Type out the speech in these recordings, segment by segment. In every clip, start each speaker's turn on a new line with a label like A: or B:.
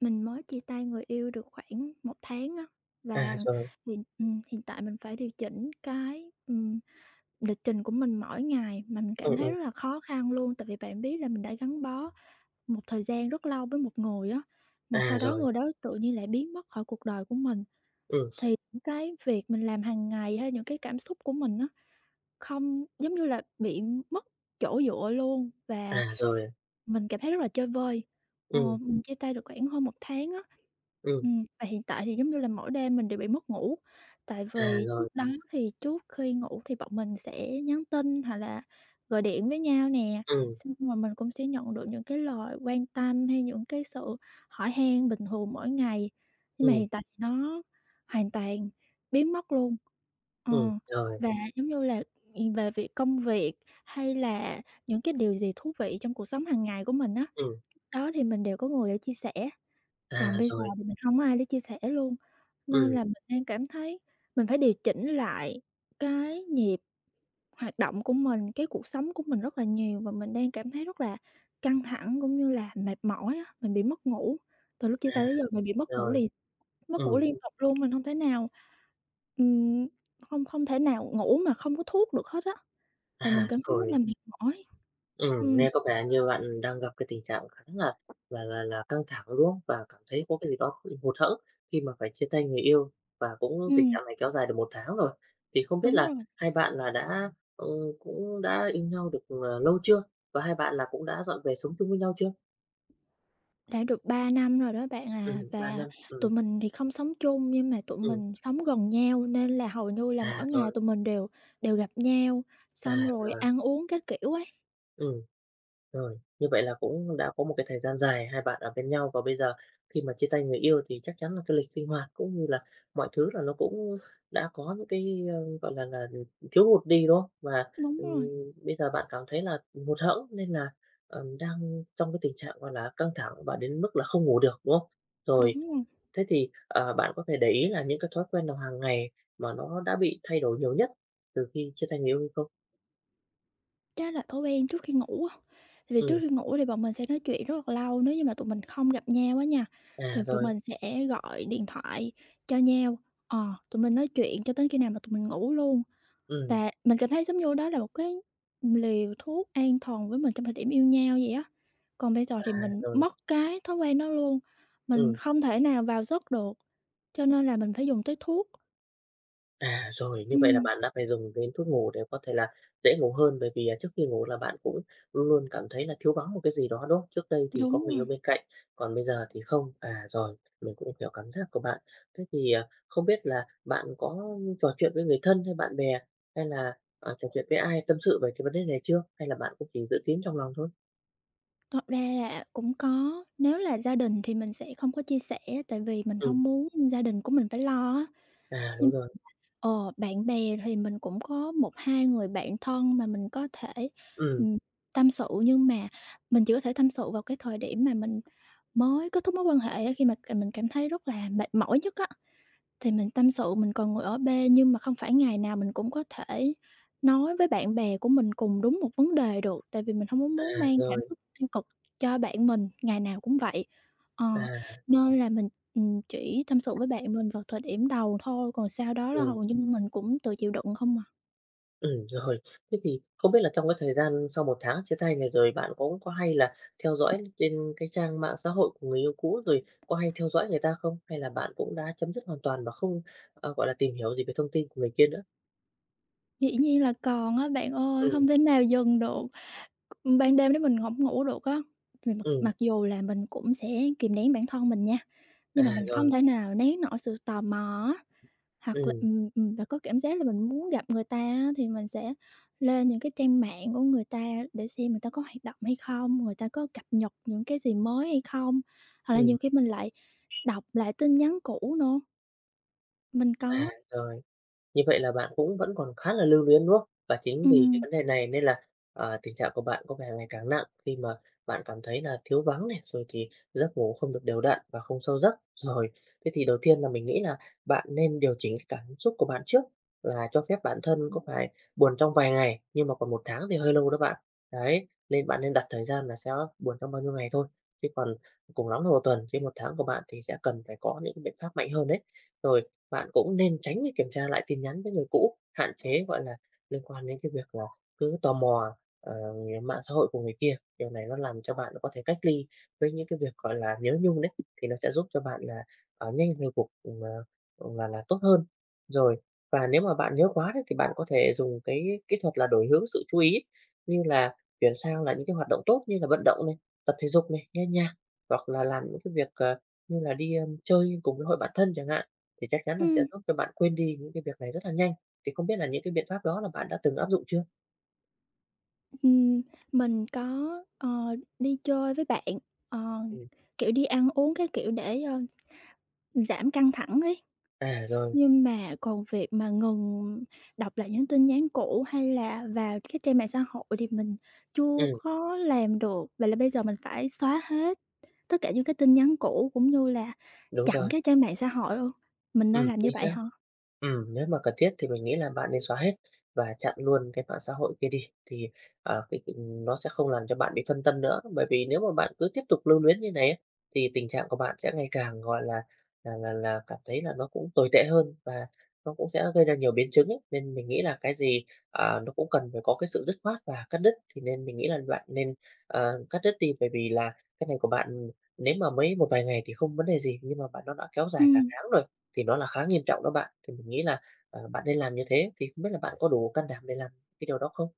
A: Mình mới chia tay người yêu được khoảng một tháng á,
B: À,
A: và
B: rồi,
A: hiện hiện tại mình phải điều chỉnh lịch trình của mình mỗi ngày mà mình
B: ừm,
A: cảm thấy
B: ừm,
A: rất là khó khăn luôn. Tại vì bạn biết là mình đã gắn bó một thời gian rất lâu với một người á, mà
B: à,
A: sau đó
B: rồi,
A: người đó tự nhiên lại biến mất khỏi cuộc đời của mình.
B: ừm,
A: Thì những cái việc mình làm hàng ngày hay những cái cảm xúc của mình á, không giống như là bị mất chỗ dựa luôn và
B: à, rồi,
A: mình cảm thấy rất là chơi vơi. Ờ,
B: ừm,
A: mình chia tay được khoảng hơn một tháng á.
B: ừm,
A: Và hiện tại thì giống như là mỗi đêm mình đều bị mất ngủ, tại
B: à,
A: vì trước
B: rồi,
A: đó thì trước khi ngủ thì bọn mình sẽ nhắn tin hoặc là gọi điện với nhau nè,
B: ừm,
A: xong rồi mình cũng sẽ nhận được những cái lời quan tâm hay những cái sự hỏi han bình thường mỗi ngày, nhưng mà
B: ừm,
A: hiện tại thì nó hoàn toàn biến mất luôn. Ờ,
B: rồi,
A: và giống như là, về việc công việc hay là những cái điều gì thú vị trong cuộc sống hàng ngày của mình á,
B: ừm,
A: đó thì mình đều có người để chia sẻ, còn
B: à,
A: bây giờ
B: rồi,
A: thì mình hông có ai để chia sẻ luôn. Nên
B: ừm,
A: là mình đang cảm thấy mình phải điều chỉnh lại cái nhịp hoạt động của mình, cái cuộc sống của mình rất là nhiều và mình đang cảm thấy rất là căng thẳng cũng như là mệt mỏi á, mình bị mất ngủ. Từ lúc chia
B: à,
A: tay tới giờ mình bị mất ngủ
B: rồi,
A: liền, mất ngủ liên
B: à,
A: tục luôn, mình ừm, hông thể nào ngủ mà không có thuốc được hết á, và mình cảm thấy rất
B: rồi.
A: là mệt mỏi. Ừm,
B: Nghe có vẻ như bạn đang gặp cái tình trạng khá là căng thẳng, đúng không? Và cảm thấy có cái gì đó bị hụt hẫng khi mà phải chia tay người yêu, và cũng tình
A: ừm.
B: trạng này kéo dài được một tháng rồi. Thì không biết
A: Đúng
B: là
A: rồi,
B: hai bạn là đã, ừ, cũng đã yêu nhau được, lâu chưa? Và hai bạn là cũng đã dọn về sống chung với nhau chưa?
A: đã được 3 năm rồi đó bạn à.
B: 3
A: Và
B: năm,
A: tụi mình thì không sống chung nhưng mà tụi
B: ừm,
A: mình sống gần nhau nên là hầu như là mỗi
B: à,
A: ngày
B: rồi,
A: tụi mình đều đều gặp nhau, xong
B: à,
A: rồi
B: rồi,
A: ăn uống các kiểu ấy.
B: ừm, rồi. Như vậy là cũng đã có một cái thời gian dài hai bạn ở bên nhau và bây giờ khi mà chia tay người yêu thì chắc chắn là cái lịch sinh hoạt cũng như là mọi thứ là nó cũng đã có những cái, ơ, gọi là, thiếu hụt đi, đúng không? Và,
A: Đúng rồi,
B: ừm, bây giờ bạn cảm thấy là hụt hẫng nên là, đang trong cái tình trạng, gọi là, căng thẳng và đến mức là không ngủ được, đúng không? Rồi.
A: đúng rồi,
B: Thế thì, bạn có thể để ý là những cái thói quen nào hàng ngày mà nó đã bị thay đổi nhiều nhất từ khi chia tay người yêu hay không?
A: chắc là thói quen trước khi ngủ á. Tại vì trước
B: Ừ,
A: khi ngủ thì bọn mình sẽ nói chuyện rất là lâu, nếu như mà tụi mình không gặp nhau á nha, thì
B: à,
A: tụi
B: rồi,
A: mình sẽ gọi điện thoại cho nhau, ờ, tụi mình nói chuyện cho đến khi nào mà tụi mình ngủ luôn.
B: ừ,
A: Và mình cảm thấy giống như đó là một cái liều thuốc an thần với mình trong thời điểm yêu nhau vậy á. Còn bây giờ
B: à,
A: thì mình
B: rồi,
A: mất cái thói quen đó luôn, mình
B: ừ.
A: không thể nào vào giấc được, cho nên là mình phải dùng tới thuốc.
B: À, rồi, như vậy là
A: Ừm,
B: bạn đã phải dùng đến thuốc ngủ để có thể là dễ ngủ hơn, bởi vì, à, trước khi ngủ là bạn cũng luôn luôn cảm thấy là thiếu vắng một cái gì đó, đúng không? Trước đây thì có
A: đúng
B: người yêu
A: rồi,
B: bên cạnh, còn bây giờ thì không. À, rồi, mình cũng hiểu cảm giác của bạn. Thế thì, à, không biết là bạn có trò chuyện với người thân hay bạn bè, hay là, à, trò chuyện với ai tâm sự về cái vấn đề này chưa? Hay là bạn cũng chỉ giữ kín trong lòng thôi?
A: thật ra là cũng có, nếu là gia đình thì mình sẽ không có chia sẻ tại vì mình
B: Ừm,
A: không muốn gia đình của mình phải lo á.
B: à, đúng rồi,
A: Ờ, bạn bè thì mình cũng có một hai người bạn thân mà mình có thể,
B: ừ,
A: ừm, tâm sự, nhưng mà mình chỉ có thể tâm sự vào cái thời điểm mà mình mới kết thúc mối quan hệ á, khi mà à, mình cảm thấy rất là mệt mỏi nhất á. Thì mình tâm sự mình còn ngồi ở bê, nhưng mà không phải ngày nào mình cũng có thể nói với bạn bè của mình cùng đúng một vấn đề được, tại vì mình hông có
B: à,
A: muốn mang cảm
B: rồi,
A: xúc tiêu cực cho bạn mình, ngày nào cũng vậy. Ờ,
B: à,
A: nên là mình, chỉ tâm sự với bạn mình vào thời điểm đầu thôi, còn sau đó là
B: ừm.
A: hầu như mình cũng tự chịu đựng không à.
B: Rồi. Thế thì không biết là trong cái thời gian sau một tháng chia tay này rồi bạn cũng có hay là theo dõi trên cái trang mạng xã hội của người yêu cũ, rồi có hay theo dõi người ta không? Hay là bạn cũng đã chấm dứt hoàn toàn và không, gọi là, tìm hiểu gì về thông tin của người kia nữa?
A: Dĩ nhiên là còn á bạn ơi, không
B: Ừm,
A: thể nào dừng được. Ban đêm nếu mình hổng ngủ được á, thì mặc
B: ừm,
A: mặc dù là mình cũng sẽ kìm nén bản thân mình nha,
B: à,
A: nhưng mà mình không
B: rồi,
A: thể nào nén nổi sự tò mò á. Hoặc là
B: ừm,
A: và có cảm giác là mình muốn gặp người ta á, thì mình sẽ lên những cái trang mạng của người ta để xem người ta có hoạt động hay không, người ta có cập nhật những cái gì mới hay không. Hoặc là
B: ừm.
A: nhiều khi mình lại đọc lại tin nhắn cũ nữa, mình
B: À,
A: có
B: rồi. Như vậy là bạn cũng vẫn còn khá là lưu luyến, đúng không? Và chính vì cái
A: ừm,
B: vấn đề này nên là, tình trạng của bạn có vẻ ngày càng nặng khi mà bạn cảm thấy là thiếu vắng này, rồi thì giấc ngủ không được đều đặn và không sâu giấc. Rồi, thế thì đầu tiên là mình nghĩ là bạn nên điều chỉnh cái cảm xúc của bạn trước, là cho phép bản thân có phải buồn trong vài ngày, nhưng mà còn một tháng thì hơi lâu đó bạn. Đấy, nên bạn nên đặt thời gian là sẽ buồn trong bao nhiêu ngày thôi, chứ còn cùng lắm là một tuần, chứ một tháng của bạn thì sẽ cần phải có những biện pháp mạnh hơn đấy. Rồi, bạn cũng nên tránh việc kiểm tra lại tin nhắn với người cũ, hạn chế, gọi là, liên quan đến cái việc là cứ tò mò, mạng xã hội của người kia. Điều này nó làm cho bạn có thể cách ly với những cái việc, gọi là, nhớ nhung đấy, thì nó sẽ giúp cho bạn là, nhanh hồi phục, ừ, mà ừ, là tốt hơn. Rồi, và nếu mà bạn nhớ quá đấy, thì bạn có thể dùng cái kỹ thuật là đổi hướng sự chú ý, như là chuyển sang là những cái hoạt động tốt như là vận động này, tập thể dục này, nghe nhạc, hoặc là làm những cái việc, như là đi, ơ, chơi cùng với hội bạn thân chẳng hạn thì chắc chắn là sẽ
A: ừm,
B: giúp cho bạn quên đi những cái việc này rất là nhanh. Thì không biết là những cái biện pháp đó là bạn đã từng áp dụng chưa?
A: ừm, mình có đi chơi với bạn, ờ,
B: Ừm,
A: kiểu, đi ăn uống, cái kiểu, để, ơ, giảm căng thẳng ấy.
B: à, rồi,
A: Nhưng mà còn việc mà ngừng đọc lại những tin nhắn cũ hay là vào cái trang mạng xã hội thì mình chưa
B: ừm,
A: có làm được. Vậy là bây giờ mình phải xóa hết tất cả những cái tin nhắn cũ cũng như là
B: đúng
A: chặn
B: rồi,
A: cái trang mạng xã hội ư? Mình nên làm như
B: chính
A: vậy
B: xác.
A: hả?
B: Nếu mà cần thiết thì mình nghĩ là bạn nên xóa hết và chặn luôn cái mạng xã hội kia đi thì, ờ, cái nó sẽ không làm cho bạn bị phân tâm nữa. Bởi vì nếu mà bạn cứ tiếp tục lưu luyến như này á, thì tình trạng của bạn sẽ ngày càng, gọi là, cảm thấy là nó cũng tồi tệ hơn và nó cũng sẽ gây ra nhiều biến chứng ấy. Nên mình nghĩ là cái gì, à, nó cũng cần phải có cái sự dứt khoát và cắt đứt, thì nên mình nghĩ là bạn nên, cắt đứt đi. Bởi vì là cái này của bạn nếu mà mới một vài ngày thì không vấn đề gì, nhưng mà bạn nó đã kéo dài cả
A: Ừm,
B: tháng rồi. Thì nó là khá nghiêm trọng đó bạn, thì mình nghĩ là, bạn nên làm như thế, thì không biết là bạn có đủ can đảm để làm cái điều đó không?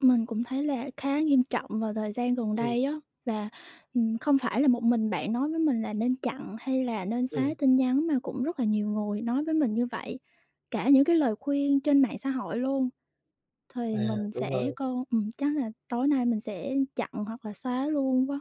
A: mình cũng thấy là khá nghiêm trọng vào thời gian gần
B: Ừm,
A: đây á, và, không phải là một mình bạn nói với mình là nên chặn hay là nên xóa
B: ừm,
A: tin nhắn mà cũng rất là nhiều người nói với mình như vậy, cả những cái lời khuyên trên mạng xã hội luôn. Thì
B: à,
A: mình
B: đúng
A: sẽ
B: rồi,
A: con chắc là tối nay mình sẽ chặn hoặc là xóa luôn quá.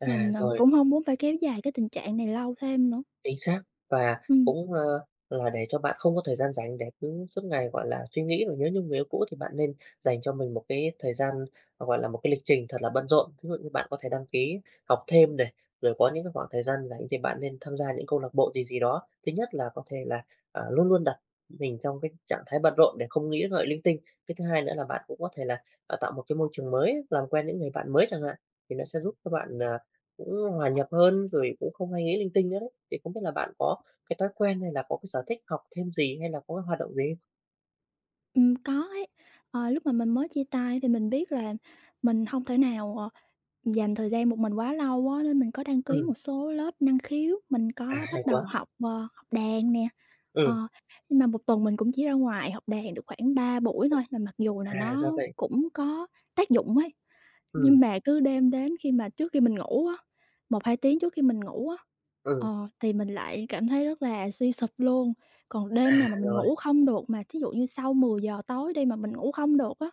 B: à,
A: Mình, ờ,
B: rồi.
A: cũng không muốn phải kéo dài cái tình trạng này lâu thêm nữa.
B: Chính xác, và
A: Ừm,
B: cũng, ơ, là để cho bạn không có thời gian rảnh để cứ suốt ngày, gọi là, suy nghĩ rồi nhớ nhung người yêu cũ thì bạn nên dành cho mình một cái thời gian, gọi là, một cái lịch trình thật là bận rộn. Ví dụ như bạn có thể đăng ký học thêm này, rồi có những cái khoảng thời gian rảnh thì bạn nên tham gia những câu lạc bộ gì gì đó. Thứ nhất là có thể là, à, luôn luôn đặt mình trong cái trạng thái bận rộn để không nghĩ ngợi linh tinh. Cái thứ hai nữa là bạn cũng có thể là, à, tạo một cái môi trường mới, làm quen những người bạn mới chẳng hạn, thì nó sẽ giúp cho bạn, à, cũng hòa nhập hơn, rồi cũng không hay nghĩ linh tinh nữa đấy. Thì không biết là bạn có cái thói quen hay là có cái sở thích học thêm gì hay là có cái hoạt động gì hay.
A: có ấy. Ờ, lúc mà mình mới chia tay thì mình biết là mình không thể nào, ờ, dành thời gian một mình quá lâu quá nên mình có đăng ký
B: Ừm,
A: một số lớp năng khiếu, mình
B: à,
A: có
B: hay
A: bắt
B: quá.
A: đầu học, ờ, học đàn nè.
B: Ừm,
A: Ờ, nhưng mà một tuần mình cũng chỉ ra ngoài học đàn được khoảng 3 buổi thôi, mà mặc dù là
B: à, ra
A: nó
B: vậy.
A: cũng có tác dụng ấy.
B: Ừ.
A: Nhưng mà cứ đêm đến khi mà trước khi mình ngủ á, một hai tiếng trước khi mình ngủ á,
B: Ừ.
A: ờ, thì mình lại cảm thấy rất là suy sụp luôn. Còn
B: À,
A: đêm nào mà mình
B: rồi.
A: ngủ không được mà thí dụ như sau 10 giờ tối đi mà mình ngủ không được á,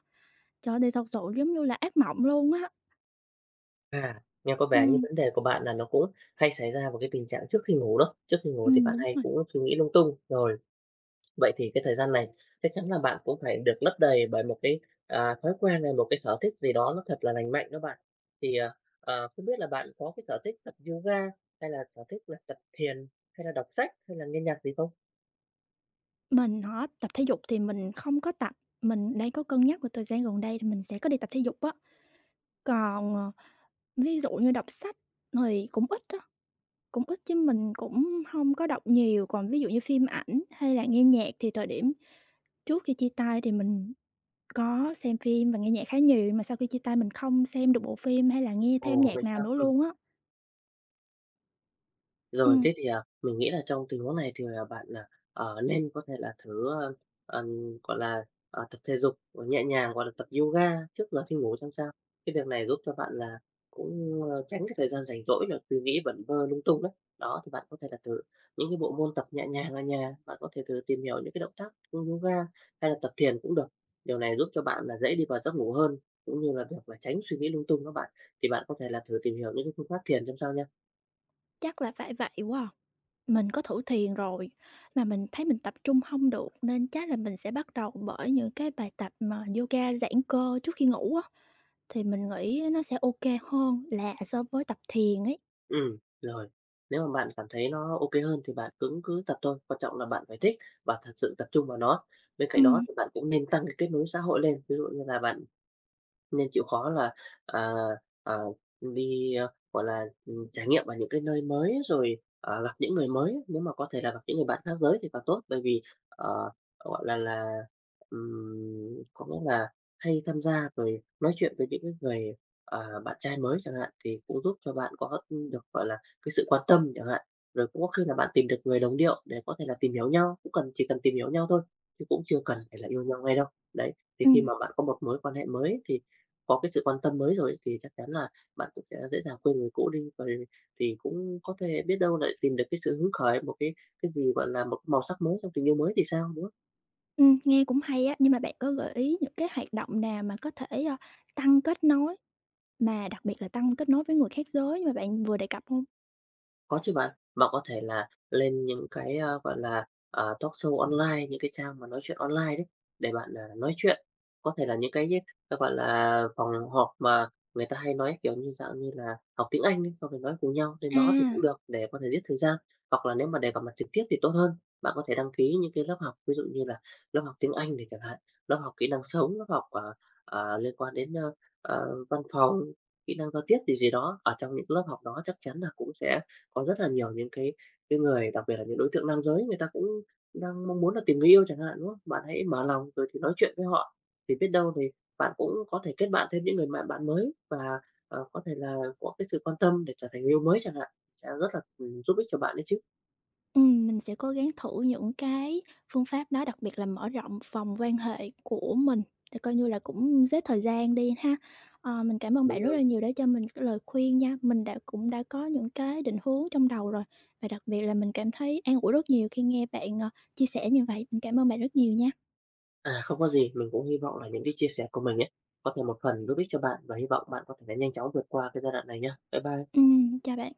A: trời ơi, thì thật sự giống như là ác mộng luôn á.
B: À, nghe có vẻ như
A: Ừm,
B: vấn đề của bạn là nó cũng hay xảy ra vào cái tình trạng trước khi ngủ đó. Trước khi ngủ thì bạn
A: đúng
B: hay
A: rồi.
B: cũng suy nghĩ lung tung. Rồi, vậy thì cái thời gian này chắc chắn là bạn cũng phải được lấp đầy bởi một cái, à, thói quen hay một cái sở thích gì đó nó thật là lành mạnh đó bạn. Thì, à, không biết là bạn có cái sở thích tập yoga hay là sở thích là tập thiền hay là đọc sách hay là nghe nhạc gì không?
A: Mình hả, tập thể dục thì mình không có tập, mình đang có cân nhắc là thời gian gần đây thì mình sẽ có đi tập thể dục á. Còn, ờ, ví dụ như đọc sách thì cũng ít á. Cũng ít chứ mình cũng hông có đọc nhiều, còn ví dụ như phim ảnh hay là nghe nhạc thì thời điểm trước khi chia tay thì mình có xem phim và nghe nhạc khá nhiều, nhưng mà sau khi chia tay mình không xem được bộ phim hay là nghe thêm
B: Ồ,
A: nhạc
B: vậy
A: nào
B: sao?
A: nữa
B: Ừm.
A: luôn á.
B: Rồi
A: Ừm,
B: thế thì, à, mình nghĩ là trong tình huống này thì là bạn, là nên có thể là thử, ơ, gọi là, tập thể dục, nhẹ nhàng, gọi là, tập yoga trước giờ khi ngủ xem sao. Cái việc này giúp cho bạn là cũng, ơ, tránh cái thời gian rảnh rỗi là suy nghĩ vẩn vơ lung tung đấy. Đó, thì bạn có thể là thử những cái bộ môn tập nhẹ nhàng ở nhà, bạn có thể thử tìm hiểu những cái động tác như yoga hay là tập thiền cũng được. Điều này giúp cho bạn là dễ đi vào giấc ngủ hơn, cũng như là việc là tránh suy nghĩ lung tung các bạn. Thì bạn có thể là thử tìm hiểu những cái phương pháp thiền xem sao nha.
A: Chắc là phải vậy quá à. Mình có thử thiền rồi, mà mình thấy mình tập trung hông được nên chắc là mình sẽ bắt đầu bởi những cái bài tập mà yoga giãn cơ trước khi ngủ á, thì mình nghĩ nó sẽ ô kê hơn là so với tập thiền ấy.
B: Rồi. Nếu mà bạn cảm thấy nó ok hơn thì bạn cũng cứ tập thôi, quan trọng là bạn phải thích và thật sự tập trung vào nó. Bên cạnh đó
A: Ừm,
B: thì bạn cũng nên tăng cái kết nối xã hội lên, ví dụ như là bạn nên chịu khó là, à, à, đi, ơ, gọi là, trải nghiệm ở những cái nơi mới rồi, gặp những người mới. Nếu mà có thể là gặp những người bạn khác giới thì càng tốt, bởi vì, ờ, gọi là, có nghĩa là hay tham gia rồi nói chuyện với những cái người, bạn trai mới chẳng hạn, thì cũng giúp cho bạn có, được, gọi là, cái sự quan tâm chẳng hạn. Rồi cũng có khi là bạn tìm được người đồng điệu để có thể là tìm hiểu nhau, cũng cần chỉ cần tìm hiểu nhau thôi, chứ cũng chưa cần phải là yêu nhau ngay đâu. Đấy, thì
A: ừm.
B: khi mà bạn có một mối quan hệ mới thì có cái sự quan tâm mới rồi ấy, thì chắc chắn là bạn cũng sẽ dễ dàng quên người cũ đi. Và thì cũng có thể biết đâu lại tìm được cái sự hứng khởi, một cái cái, gọi là, một màu sắc mới trong tình yêu mới thì sao, đúng không?
A: Nghe cũng hay á, nhưng mà bạn có gợi ý những cái hoạt động nào mà có thể, ơ, tăng kết nối, mà đặc biệt là tăng kết nối với người khác giới mà bạn vừa đề cập hông?
B: Có chứ bạn, bạn có thể là lên những cái, a, gọi là, talk show online, những cái trang mà nói chuyện online đấy, để bạn, à, nói chuyện. Có thể là những cái, a, gọi là, phòng họp mà người ta hay nói, kiểu như, dạng như là học tiếng Anh ấy, xong rồi nói cùng nhau lên
A: À.
B: đó thì cũng được để có thể giết thời gian. Hoặc là nếu mà để gặp mặt trực tiếp thì tốt hơn, bạn có thể đăng ký những cái lớp học, ví dụ như là lớp học tiếng Anh này chẳng hạn, lớp học kỹ năng sống, lớp học, liên quan đến, ơ, văn phòng, kỹ năng giao tiếp gì gì đó. Ở trong những lớp học đó chắc chắn là cũng sẽ có rất là nhiều những cái người, đặc biệt là những đối tượng nam giới, người ta cũng đang mong muốn là tìm người yêu chẳng hạn, đúng không? Bạn hãy mở lòng rồi thì nói chuyện với họ, thì biết đâu thì bạn cũng có thể kết bạn thêm những người bạn bạn mới và, có thể là có cái sự quan tâm để trở thành người yêu mới chẳng hạn, sẽ rất là, giúp ích cho bạn đấy chứ.
A: Mình sẽ cố gắng thử những cái phương pháp đó, đặc biệt là mở rộng vòng quan hệ của mình, để coi như là cũng xếp thời gian đi ha. Ờ, mình cảm ơn
B: Đúng
A: bạn rất
B: rồi.
A: là nhiều đã cho mình cái lời khuyên nha, mình cũng đã có những cái định hướng trong đầu rồi, và đặc biệt là mình cảm thấy an ủi rất nhiều khi nghe bạn, ờ, chia sẻ như vậy. Mình cảm ơn bạn rất nhiều nha.
B: À, không có gì, mình cũng hy vọng là những cái chia sẻ của mình ấy, có thể một phần giúp ích cho bạn và hy vọng bạn có thể là nhanh chóng vượt qua cái giai đoạn này nha. Bye bye.
A: Chào bạn.